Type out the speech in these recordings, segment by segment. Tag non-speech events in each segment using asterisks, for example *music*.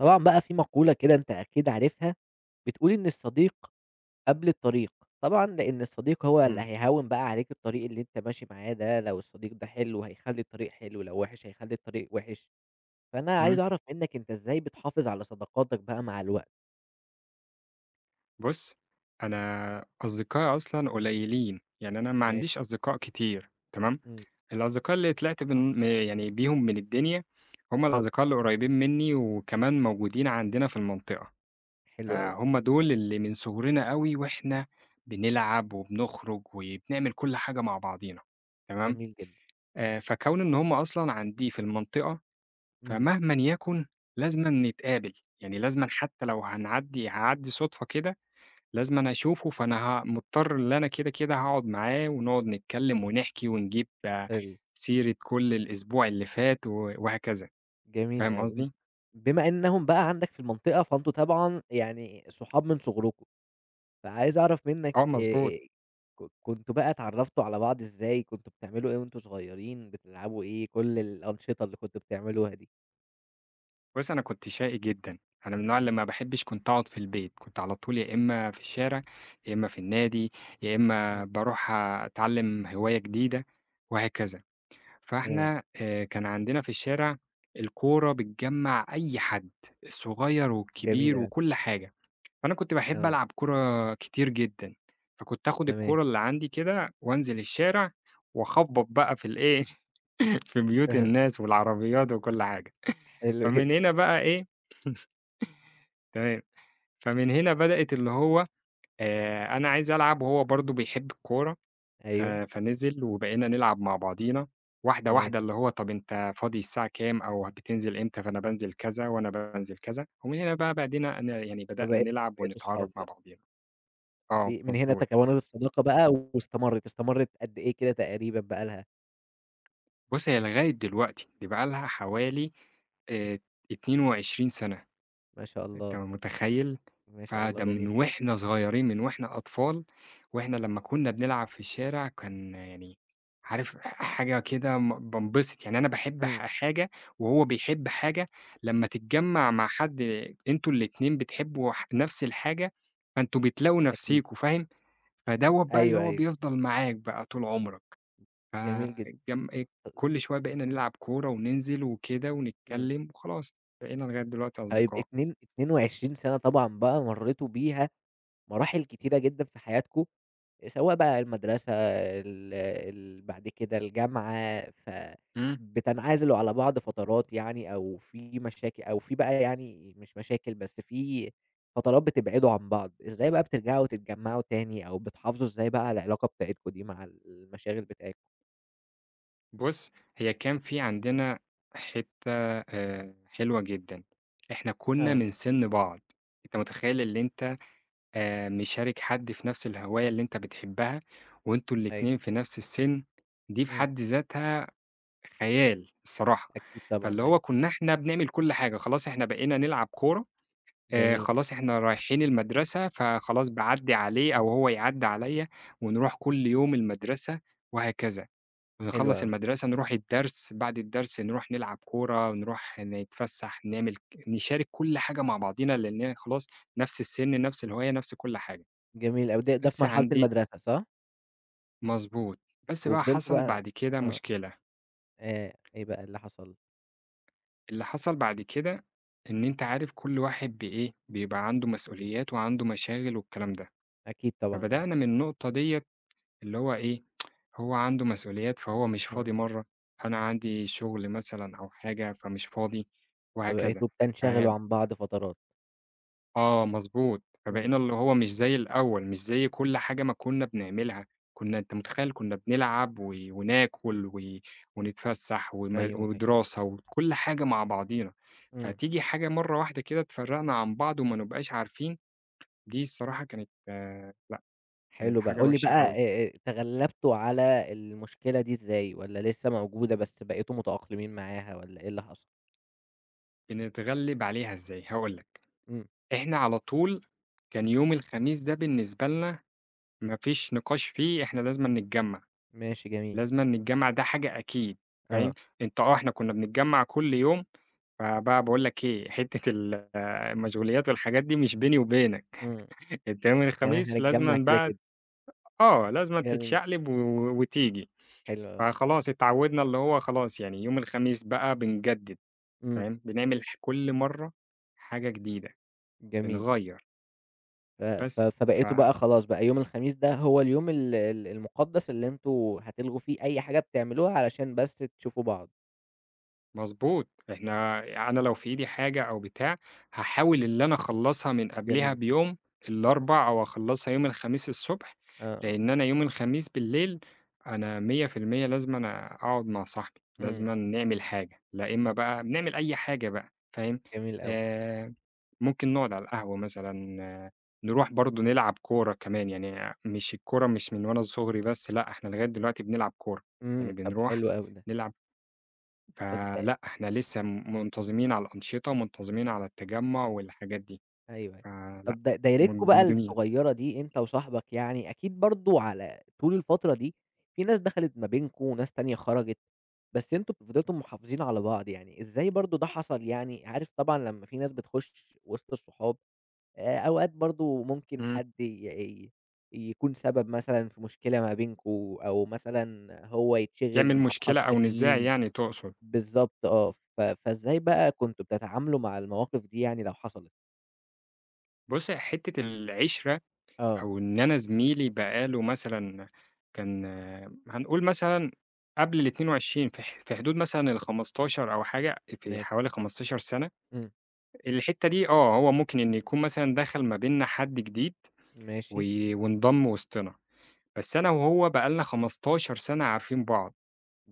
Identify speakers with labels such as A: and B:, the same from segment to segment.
A: طبعًا بقى في مقولة كده أنت أكيد عارفها، بتقول إن الصديق قبل الطريق، طبعًا لإن الصديق هو اللي
B: إمم،
A: هيهوّن بقى عليك الطريق اللي أنت ماشي معاه ده، لو الصديق ده حلو هيخلّي الطريق حلو، لو وحش هيخلّي الطريق وحش، فأنا عايز
B: إمم.
A: أعرف منك أنت إزاي بتحافظ على صداقاتك بقى مع الوقت؟
B: بُص، أنا أصدقائي أصلًا قليلين، يعني أنا ما
A: ماشي،
B: عنديش أصدقاء كتير تمام؟
A: إمم،
B: الأصدقاء اللي طلعت من م يعني بيهم من الدنيا، هم الأصدقاء اللي قريبين منّي وكمان موجودين عندنا في المنطقة،
A: حلو أوي.
B: فهُم دول اللي من صغرنا أوي وإحنا بنلعب وبنخرج وبنعمل كل حاجة مع بعضينا تمام؟
A: جميل جدًا،
B: فكون إن هم أصلًا عندي في المنطقة،
A: إمم.
B: فمهمًا يكن لازمًا نتقابل، يعني لازمًا حتى لو هاعدّي صُدفة كده لازمًا أشوفه، فأنا مضطر اللي أنا كده، كده هاقعد معاه ونقعد نتكلم ونحكي ونجيب آه،
A: حلو.
B: سيرة كل الأسبوع اللي فات وهكذا،
A: جميل
B: فاهم
A: أوي،
B: قصدي؟
A: بما إنّهم بقى عندك في المنطقة فأنتم طبعًا يعني صحاب من صغركم. فعايز أعرف منّك
B: آه مضبوط.
A: كنتم بقى اتعرّفتوا على بعض إزاي، كنتم بتعملوا إيه وأنتم صغيرين، بتلعبوا إيه، كل الأنشطة اللي كنتم بتعملوها دي؟
B: بُص، أنا كنت شقي جدًا، أنا من النوع اللي ما
A: ماشي.
B: باحبش كنت أقعد في البيت، كنت على طول يا إما في الشارع، يا إما في النادي، يا إما
A: إمم،
B: باروح أتعلم هواية جديدة وهكذا.
A: آه،
B: فإحنا كان عندنا في الشارع الكورة بتجمّع أي حد، الصغير
A: جميل
B: والكبير
A: أوي،
B: وكل حاجة. فأنا كنت باحب
A: آه،
B: ألعب كورة كتير جدًا، فكنت آخد
A: تمام،
B: الكورة اللي عندي كده وأنزل الشارع وأخبّط بقى في الإيه، *laughs* في
A: *laughs*
B: بيوت
A: أها،
B: الناس والعربيات وكل حاجة،
A: حلو
B: فمن
A: جدًا،
B: هنا بقى إيه تمام، فمن هنا بدأت اللي هو أنا عايز ألعب وهو برضه بيحب الكورة، ف
A: أيوه،
B: فنزل وبقينا نلعب مع بعضينا واحدة،
A: ماشي،
B: واحدة اللي هو طَب أنت فاضي الساعة كام أو بتنزل إمتى، فأنا بانزل كذا وأنا بانزل كذا، ومن هنا بقى بدينا ن يعني بدأنا
A: فبقيتوا
B: نلعب ونتعرّف
A: صحاب
B: مع
A: بقى،
B: بعضينا. آه،
A: دي من هنا
B: مضبوط.
A: تكوّنت الصداقة بقى واستمرِّت، قد إيه كده تقريبًا بقى لها؟
B: بُصّي، هي لغاية دلوقتي دي بقى لها حوالي آآ 22 سَنة،
A: ما شاء
B: أنت
A: الله،
B: متخيّل؟
A: ما شاء الله،
B: فده من
A: جميل جدًا،
B: وإحنا صغيرين، من وإحنا أطفال، وإحنا لمّا كنا بنلعب في الشارع كان يعني عارف حاجة كده بانبسط، يعني أنا باحب
A: إمم،
B: حاجة وهو بيحب حاجة، لمّا تتجمّع مع حد أنتم الاتنين بتحبوا نفس الحاجة، فأنتم بتلاقوا
A: أكيد،
B: نفسيكم، فاهم؟ فدوّة بقى اللي
A: أيوه،
B: هو
A: أيوه،
B: بيفضل معاك بقى طول عمرك.
A: جميل جدًا،
B: فجم كل شوية بقينا نلعب كورة وننزل وكده
A: إمم،
B: ونتكلّم وخلاص، بقينا لغاية دلوقتي
A: طيب
B: أصدقاء.
A: 22 سَنة طبعًا بقى مرّيتوا بيها مراحل كتيرة جدًا في حياتكم، سواء بقى المدرسة ال ال بعد كده الجامعة،
B: إمم.
A: فبتنعزلوا على بعض فترات يعني أو في مشاكل أو في بقى يعني مش مشاكل بس في فترات بتبعدوا عن بعض، إزاي بقى بترجعوا تتجمعوا تاني أو بتحافظوا إزاي بقى على العلاقة بتاعتكم دي مع المشاغل بتاعتكم؟
B: بُص، هي كان في عندنا حتّة حلوة جدًا، إحنا كُنّا
A: آه،
B: من سِن بعض، أنت متخيّل اللي أنت مشارك حد في نفس الهواية اللي أنت بتحبها وأنتم الاتنين
A: أيوه.
B: في نفس السِن، دي في
A: إمم،
B: حد ذاتها خيال الصراحة،
A: أكيد
B: فاللي
A: طبعًا
B: هو
A: أيوه،
B: كُنّا إحنا بنعمل كل حاجة، خلاص إحنا بقينا نلعب كورة
A: جميل،
B: خلاص إحنا رايحين المدرسة، فخلاص باعدّي عليه أو هو يعدّي عليّا، ونروح كل يوم المدرسة وهكذا،
A: حلو
B: ونخلّص
A: أوي،
B: المدرسة نروح الدرس، بعد الدرس نروح نلعب كورة، نروح نتفسّح، نعمل ك نشارك كل حاجة مع بعضينا، لإننا خلاص نفس السِن، نفس الهواية، نفس كل حاجة.
A: جميل أوي، ده في
B: بس
A: مرحلة
B: عندي
A: المدرسة صح؟
B: مضبوط، بس بقى
A: وفضلت
B: حصل
A: بقى
B: بعد كده
A: آه،
B: مشكلة،
A: إيه بقى اللي حصل؟
B: اللي حصل بعد كده إن أنت عارف كل واحد بإيه، بيبقى عنده مسؤوليات وعنده مشاغل والكلام ده،
A: أكيد طبعًا، آه.
B: فبدأنا من النقطة ديّة اللي هو إيه، هو عنده مسؤوليات فهو مش فاضي
A: إمم.
B: مرّة، فأنا عندي شغل مثلًا أو حاجة فمش فاضي وهكذا.
A: فبقيتوا
B: ف
A: بتنشغلوا عن بعض فترات.
B: آه مضبوط،
A: إمم.
B: فبقينا اللي هو مش زي الأول، مش زي كل حاجة ما كنا بنعملها، كنا أنت متخيّل كنا بنلعب وناكل ونتفسّح
A: أيوه، أيوه.
B: ودراسة وكل حاجة مع بعضينا،
A: إمم.
B: فتيجي حاجة مرّة واحدة كده تفرّقنا عن بعض وما نبقاش عارفين، دي الصراحة كانت آه، لأ،
A: حلو
B: كانت
A: بقى،
B: حاجة
A: قُل لي
B: وحشة
A: بقى
B: أوي.
A: تغلّبتوا على المشكلة دي إزاي والّا لسه موجودة بس بقيتوا متأقلمين معاها والّا إيه اللي حصل؟
B: بنتغلِّب عليها إزاي؟ هاقول لك.
A: إمم.
B: إحنا على طول كان يوم الخميس ده بالنسبة لنا ما فيش نقاش فيه إحنا لازمًا نتجمّع،
A: ماشي جميل.
B: لازمًا نتجمّع ده حاجة أكيد فاهم،
A: آه.
B: أنت آه إحنا كنا بنتجمّع كل يوم، فبقى باقول لك إيه، حتة ال *laughs* آه، المشغوليات والحاجات دي مش بيني وبينك،
A: إمم.
B: *laughs* أنت يوم
A: يعني إحنا
B: الخميس لازمًا
A: هنتجمّع كده،
B: بقى
A: كده.
B: آه، لازمًا
A: جميل.
B: تتشقلب وتيجي،
A: حلو أوي.
B: فخلاص اتعوّدنا اللي هو خلاص يعني يوم الخميس بقى بنجدد
A: إمم.
B: فاهم، بنعمل ح كل مرّة حاجة جديدة،
A: جميل.
B: بنغيّر
A: ف ف
B: بس ف
A: فبقيتوا بقى خلاص بقى يوم الخميس ده هو اليوم ال ال المقدّس اللي أنتم هتلغوا فيه أي حاجة بتعملوها علشان بس تشوفوا بعض.
B: مضبوط، إحنا أنا لو في إيدي حاجة أو بتاع، هاحاول اللي أنا أخلّصها من قبلها
A: جميل.
B: بيوم الأربع أو أخلّصها يوم الخميس الصبح،
A: آه، آه.
B: لإن أنا يوم الخميس بالليل أنا 100% لازمًا أقعد مع صاحبي،
A: إمم.
B: لازمًا نعمل حاجة، لا إما بقى بنعمل أي حاجة بقى فاهم،
A: جميل أوي.
B: آآ، ممكن نقعد على القهوة مثلًا، آه، نروح برضه نلعب كورة كمان، يعني مش الكورة مش من وأنا صغري بس لأ، إحنا لغاية دلوقتي بنلعب كورة، يعني
A: إمم، طب
B: بنروح
A: حلو أوي ده.
B: نلعب
A: طب أ
B: فلأ، إحنا لسه منتظمين على الأنشطة ومنتظمين على التجمُّع والحاجات دي،
A: أيوه، أيوه.
B: فلأ،
A: طب د دايرتكم بقى
B: مدمنين.
A: الصغيّرة دي أنت وصاحبك يعني أكيد برضه على طول الفترة دي في ناس دخلت ما بينكم وناس تانية خرجت، بس أنتم فضلتم محافظين على بعض يعني، إزاي برضه ده حصل يعني؟ عارف طبعًا لمّا في ناس بتخش وسط الصحاب أوقات برضه ممكن
B: إمم.
A: حد ي ي يكون سبب مثلًا في مشكلة ما بينكم أو مثلًا هو يتشغل
B: يعمل
A: مع أصحاب
B: مشكلة أو نزاع
A: تانيين.
B: يعني تقصد.
A: بالضبط آه، فإزاي بقى كنتم بتتعاملوا مع المواقف دي يعني لو حصلت؟
B: بُصّي، حتّة العِشرة
A: آه،
B: أو إن أنا زميلي بقى له مثلًا كان آه، هنقول مثلًا قبل ال22 في حدود مثلًا ال15 أو حاجة، في
A: ماشي،
B: حوالي 15 سَنة.
A: إمم،
B: الحتّة دي آه، هو ممكن إن يكون مثلًا دخل ما بيننا حد جديد و
A: ماشي،
B: وانضم وسطنا. بس أنا وهو بقى لنا 15 سَنة عارفين بعض،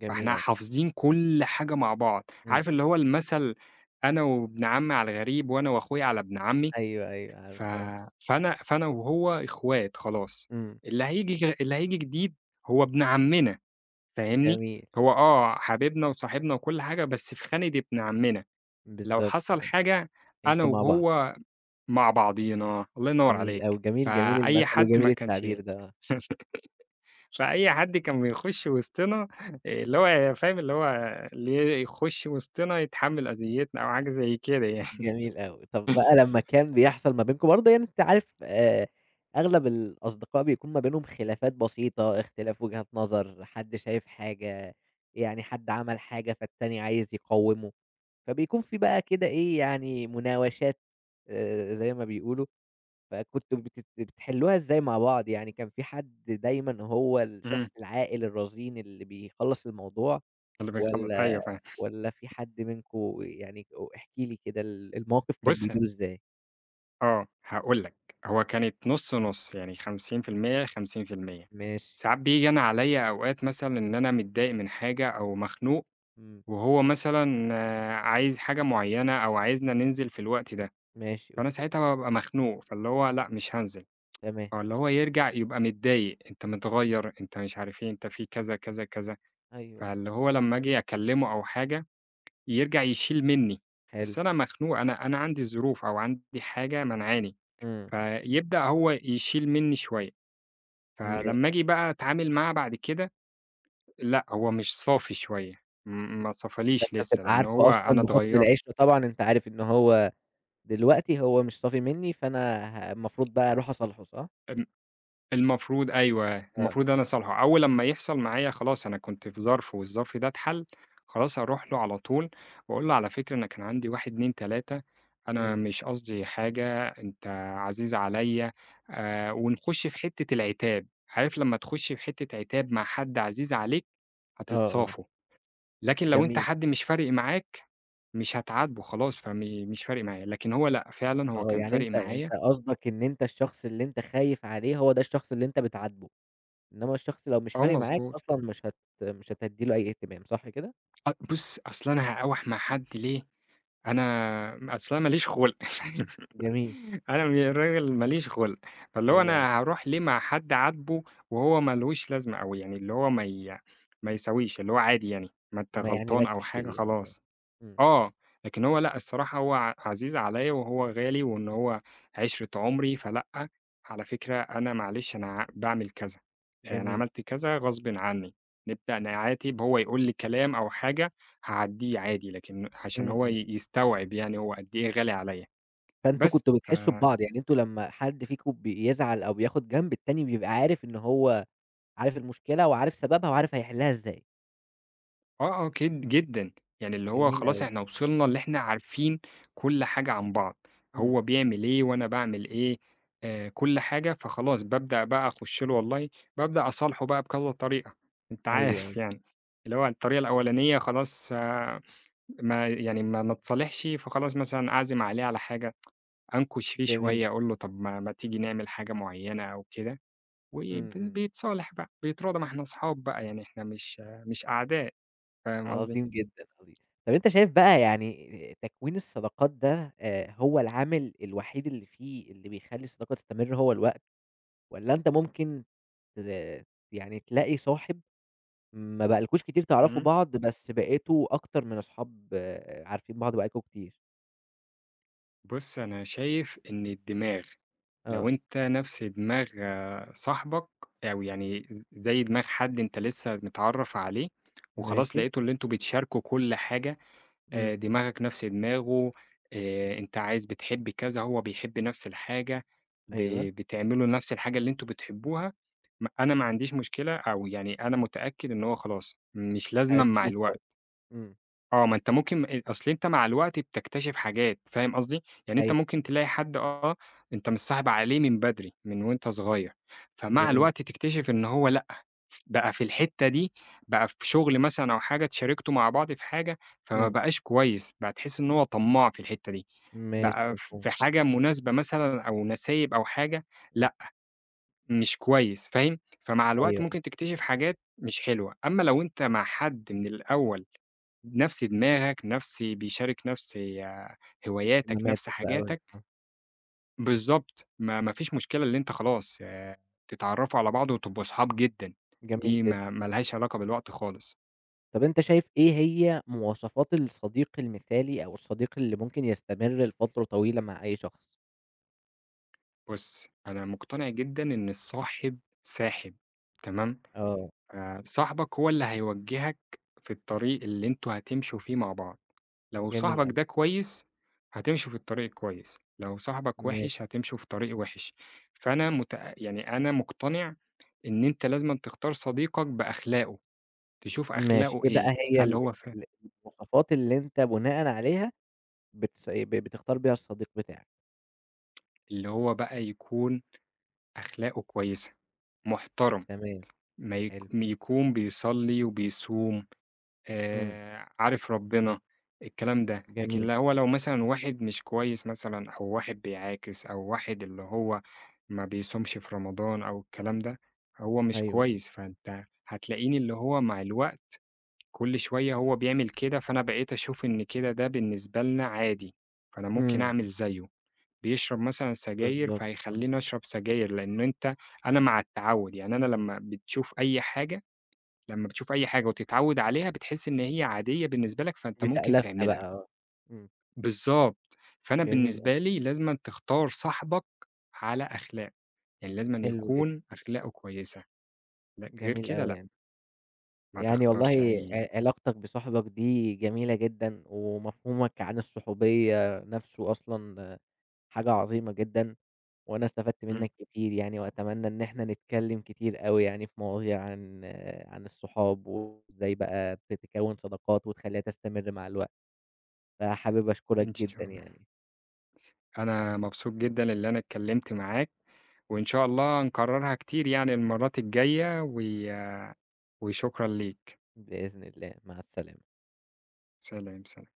A: جميل
B: فإحنا
A: أوي،
B: حافظين كل حاجة مع بعض،
A: إمم،
B: عارف اللي هو المَثل أنا وابن عمي على الغريب وأنا وأخويا على ابن عمي،
A: أيوه، أيوه، عارفه
B: ف
A: آه،
B: فأنا فأنا وهو إخوات خلاص،
A: إمم،
B: اللي هييجي جديد هو ابن عمنا فاهمني؟
A: جميل،
B: هو آه حبيبنا وصاحبنا وكل حاجة، بس في خانة ابن عمنا، لو
A: بالضبط
B: حصل
A: آه،
B: حاجة أنا
A: أنتم مع بعض،
B: وهو مع بعضينا، الله ينور
A: جميل أوي،
B: عليك،
A: جميل، جميل
B: فأي
A: المثل
B: حد
A: وجميل
B: ما كانش
A: التعبير ده آه،
B: فأي حد كان بيخش وسطنا اللي هو فاهم، اللي يخش وسطنا يتحمّل أذيتنا أو حاجة زي كده يعني.
A: جميل أوي، طب بقى لمّا كان بيحصل ما بينكم برضه يعني أنت عارف أغلب الأصدقاء بيكون ما بينهم خلافات بسيطة، اختلاف وجهات نظر، حد شايف حاجة، يعني حد عمل حاجة فالتاني عايز يقوّمه. فبيكون في بقى كده إيه، يعني مناوشات زي ما بيقولوا، فكنتم بتحلّوها إزاي مع بعض؟ يعني كان في حد دايمًا هو الشخص
B: إمم.
A: العاقل الرزين اللي بيخلّص الموضوع
B: اللي بيخل
A: والّا
B: أيوه فاهم.
A: في حد منكم يعني احكِ لي كده الموقف كان
B: بُص
A: بيدور إزاي؟
B: آه، هاقول لك، هو كانت نُص، نُص، يعني 50%، 50%.
A: ماشي،
B: ساعات بييجي أنا عليّا أوقات مثلًا إن أنا متضايق من حاجة أو مخنوق،
A: إمم،
B: وهو مثلًا آه، عايز حاجة معيّنة أو عايزنا ننزل في الوقت ده،
A: ماشي،
B: فأنا
A: أوكي،
B: ساعتها بابقى مخنوق، فاللي هو لأ مش هانزل.
A: تمام،
B: آه، اللي هو يرجع يبقى متضايق، أنت متغيّر، أنت مش عارف إيه، أنت في كذا، كذا، كذا،
A: أيوه،
B: فاللي هو لمّا آجي أكلّمه أو حاجة يرجع يشيل منّي،
A: حلو،
B: بس أنا مخنوق، أنا عندي ظروف أو عندي حاجة مانعاني،
A: إمم،
B: فيبدأ هو يشيل منّي شوية،
A: ماشي،
B: فلمّا آجي بقى أتعامل معاه بعد كده، لأ هو مش صافي شوية، ما صفاليش
A: فأنت
B: لسه،
A: بتبقى
B: لإن
A: عارفه
B: هو أنا
A: أصلًا بحكم
B: اتغيّرت.
A: العِشرة طبعًا أنت عارف إن هو دلوقتي هو مش صافي منّي، فأنا المفروض بقى أروح أصالحه، صح؟
B: المفروض أيوه،
A: آه،
B: المفروض أنا أصالحه، أول لمّا يحصل معايا خلاص أنا كنت في ظرف والظرف ده اتحل، خلاص أروح له على طول وأقول له: "على فكرة أنا كان عندي 1، 2، 3، أنا
A: إمم،
B: مش قصدي حاجة، أنت عزيز عليّا." ونخش في حتة العتاب، عارف لمّا تخش في حتة عتاب مع حد عزيز عليك
A: آه، آه،
B: هتتصافوا، لكن لو أنت
A: جميل،
B: حد مش فارق معاك مش هتعاتبه خلاص، مش فارق معايا، لكن هو لأ، فعلًا هو
A: آه،
B: كان
A: يعني
B: فارق
A: أنت
B: معايا
A: قصدك إن أنت الشخص اللي أنت خايف عليه هو ده الشخص اللي أنت بتعاتبه، إنما الشخص لو مش
B: آه،
A: فارق معاك
B: مضبوط.
A: أصلًا مش هتدّي له أي اهتمام، صح كده؟
B: بُص، أصل أنا هاقاوح مع حد ليه؟ أنا أصل ما ليش خُلْق *laughs* فاهم،
A: جميل،
B: أنا من الراجل ما ليش خُلْق، فاللي هو
A: حلو أوي،
B: أنا هاروح ليه مع حد عاتبه وهو ما لهوش لازمة أوي، يعني اللي هو ما يساويش، اللي هو عادي يعني، ما أنت
A: ما
B: غلطان أو
A: يعنيلكش شيء
B: حاجة
A: يعني، آه،
B: خلاص.
A: إمم،
B: آه، لكن هو لأ، الصراحة هو عزيز عليّا وهو غالي وإن هو عِشرة عُمري، فلأ، على فكرة أنا معلش أنا باعمل كذا، أنا
A: جميل،
B: عملت كذا غصبٍ عني، نبدأ نعاتب، هو يقول لي كلام أو حاجة هاعدّيه عادي، لكن عشان
A: إمم،
B: هو
A: إمم،
B: يستوعب يعني هو قد إيه غالي عليّا،
A: فأنتم
B: بس
A: كنتم
B: ف
A: بتحسّوا ببعض، يعني أنتم لمّا حد فيكم بيزعل أو بياخد جنب، التاني بيبقى عارف إن هو عارف المشكلة وعارف سببها وعارف هيحلّها إزاي،
B: آه، آه، كد جدًا، يعني اللي هو
A: جميل
B: خلاص
A: أوي،
B: إحنا وصلنا اللي إحنا عارفين كل حاجة عن بعض،
A: إمم،
B: هو بيعمل إيه وأنا باعمل إيه، كل حاجة، فخلاص بابدأ بقى أخش له والله بابدأ أصالحه بقى بكذا طريقة، أنت
A: أيوه،
B: عارف *laughs*
A: أيوه،
B: يعني، اللي هو الطريقة الأولانية خلاص آه ما يعني ما ما اتصالحش، فخلاص مثلًا أعزم عليه على حاجة، أنكش فيه
A: جميل،
B: شوية أقول له طب ما تيجي نعمل حاجة معينة أو كده، وب
A: إمم، إمم.
B: بيتصالح بقى، بيتراضى ما إحنا أصحاب بقى يعني إحنا مش آه مش أعداء،
A: آه،
B: فاهم قصدي؟
A: عظيم جدًا، عظيم. طب أنت شايف بقى يعني تكوين الصداقات ده هو العامل الوحيد اللي فيه اللي بيخلّي الصداقة تستمر هو الوقت، والّا أنت ممكن ت يعني تلاقي صاحب ما بقالكوش كتير تعرفوا
B: إمم.
A: بعض بس بقيتوا أكتر من أصحاب آه، عارفين بعض بقالكم كتير؟
B: بُص، أنا شايف إن الدماغ لو
A: آه،
B: أنت نفس دماغ آه، صاحبك أو يعني زي دماغ حد أنت لسه متعرّف عليه وخلاص
A: ماشي،
B: لقيتوا اللي أنتم بتشاركوا كل حاجة،
A: إمم،
B: دماغك نفس دماغه، أنت عايز بتحب كذا، هو بيحب نفس الحاجة، ب
A: أيوه،
B: بتعملوا نفس الحاجة اللي أنتم بتحبوها، أنا ما عنديش مشكلة أو يعني أنا متأكد إن هو خلاص مش لازمًا مع
A: هتكونوا صحاب،
B: الوقت.
A: إمم،
B: آه، ما أنت ممكن أصل أنت مع الوقت بتكتشف حاجات، فاهم قصدي؟ يعني أنت
A: أيوه،
B: ممكن تلاقي حد آه، أنت متصاحب عليه من بدري، من وأنت صغير، فمع
A: جميل،
B: الوقت تكتشف إن هو لأ، بقى في الحتّة دي، بقى في شغل مثلًا أو حاجة اتشاركتوا مع بعض في حاجة، فما
A: إمم،
B: بقاش كويس، بقى تحس إن هو طماع في الحتّة دي،
A: ماشي
B: بقى
A: مفهوم،
B: في حاجة مناسبة مثلًا أو نسايب أو حاجة،
A: إمم،
B: لأ، مش كويس، فاهم؟ فمع الوقت
A: أيوه،
B: ممكن تكتشف حاجات مش حلوة، أمّا لو أنت مع حد من الأول نفس دماغك، نفس بيشارك نفس آه، هواياتك، نفس
A: اهتماماتك بقى
B: حاجاتك،
A: آه،
B: بالضبط، ما فيش مشكلة اللي أنت خلاص تتعرّفوا على بعض وتبقوا أصحاب جدًا،
A: جميل
B: دي ما
A: جدًا.
B: ما لهاش علاقة بالوقت خالص.
A: طب أنت شايف إيه هي مواصفات الصديق المثالي أو الصديق اللي ممكن يستمر لفترة طويلة مع أي شخص؟
B: بُص، أنا مقتنع جدًا إن الصاحب ساحب، تمام؟
A: آه،
B: صاحبك هو اللي هيوجّهك في الطريق اللي أنتم هتمشوا فيه مع بعض، لو
A: جميل
B: صاحبك
A: أوي،
B: ده كويس، هتمشوا في الطريق كويس، لو صاحبك
A: ماشي،
B: وِحِش، هتمشوا في طريق وِحِش. فأنا مت يعني أنا مقتنع إن أنت لازمًا تختار صديقك بأخلاقه، تشوف
A: ماشي،
B: أخلاقه
A: إيه بقى
B: إيه،
A: هي
B: هل هو ف
A: ال المواصفات اللي أنت بناءً عليها بتس ب بتختار بيها الصديق بتاعك؟
B: اللي هو بقى يكون أخلاقه كويسة، محترم،
A: تمام، حلو،
B: ما يكون بيصلّي وبيصوم،
A: إمم،
B: عارف ربنا، الكلام ده، لكن
A: جميل،
B: لا هو لو مثلًا واحد مش كويس مثلًا أو واحد بيعاكس أو واحد اللي هو ما بيصومش في رمضان أو الكلام ده، هو مش
A: أيوه،
B: كويس، فأنت هتلاقيني اللي هو مع الوقت كل شوية هو بيعمل كده، فأنا بقيت أشوف إن كده ده بالنسبة لنا عادي، فأنا ممكن
A: إمم،
B: أعمل زيه، بيشرب مثلًا سجاير
A: بالضبط، آه،
B: فهيخلّيني أشرب سجاير، لإن أنت أنا مع التعوُّد، يعني أنا لمّا بتشوف أي حاجة لمّا بتشوف أي حاجة وتتعوّد عليها بتحس إن هي عادية بالنسبة لك، فأنت ممكن
A: بتألفها
B: تعملها.
A: بقى، آه، إمم،
B: بالضبط، فأنا
A: جميل أوي،
B: بالنسبة لي لازمًا تختار صاحبك على أخلاق، يعني لازمًا
A: حلو جدًا،
B: يكون أخلاقه كويسة، لأ غير
A: جميل
B: كده
A: أوي
B: لأ،
A: يعني.
B: ما
A: يعني والله
B: تختارش أي
A: علاقتك بصاحبك دي جميلة جدًا، ومفهومك عن الصحوبية نفسه أصلًا حاجة عظيمة جدًا، وأنا استفدت
B: إمم،
A: منك كتير يعني، وأتمنى إن إحنا نتكلم كتير أوي يعني في مواضيع عن عن الصحاب، وإزاي بقى بتكوّن صداقات وتخلّيها تستمر مع الوقت، فحابب أشكرك
B: إن شاء
A: جدًا
B: الله.
A: يعني،
B: أنا مبسوط جدًا اللي أنا اتكلمت معاك، وإن شاء الله نكررها كتير يعني المرات الجاية، وشكرًا ليك.
A: بإذن الله، مع السلامة.
B: سلام، سلام.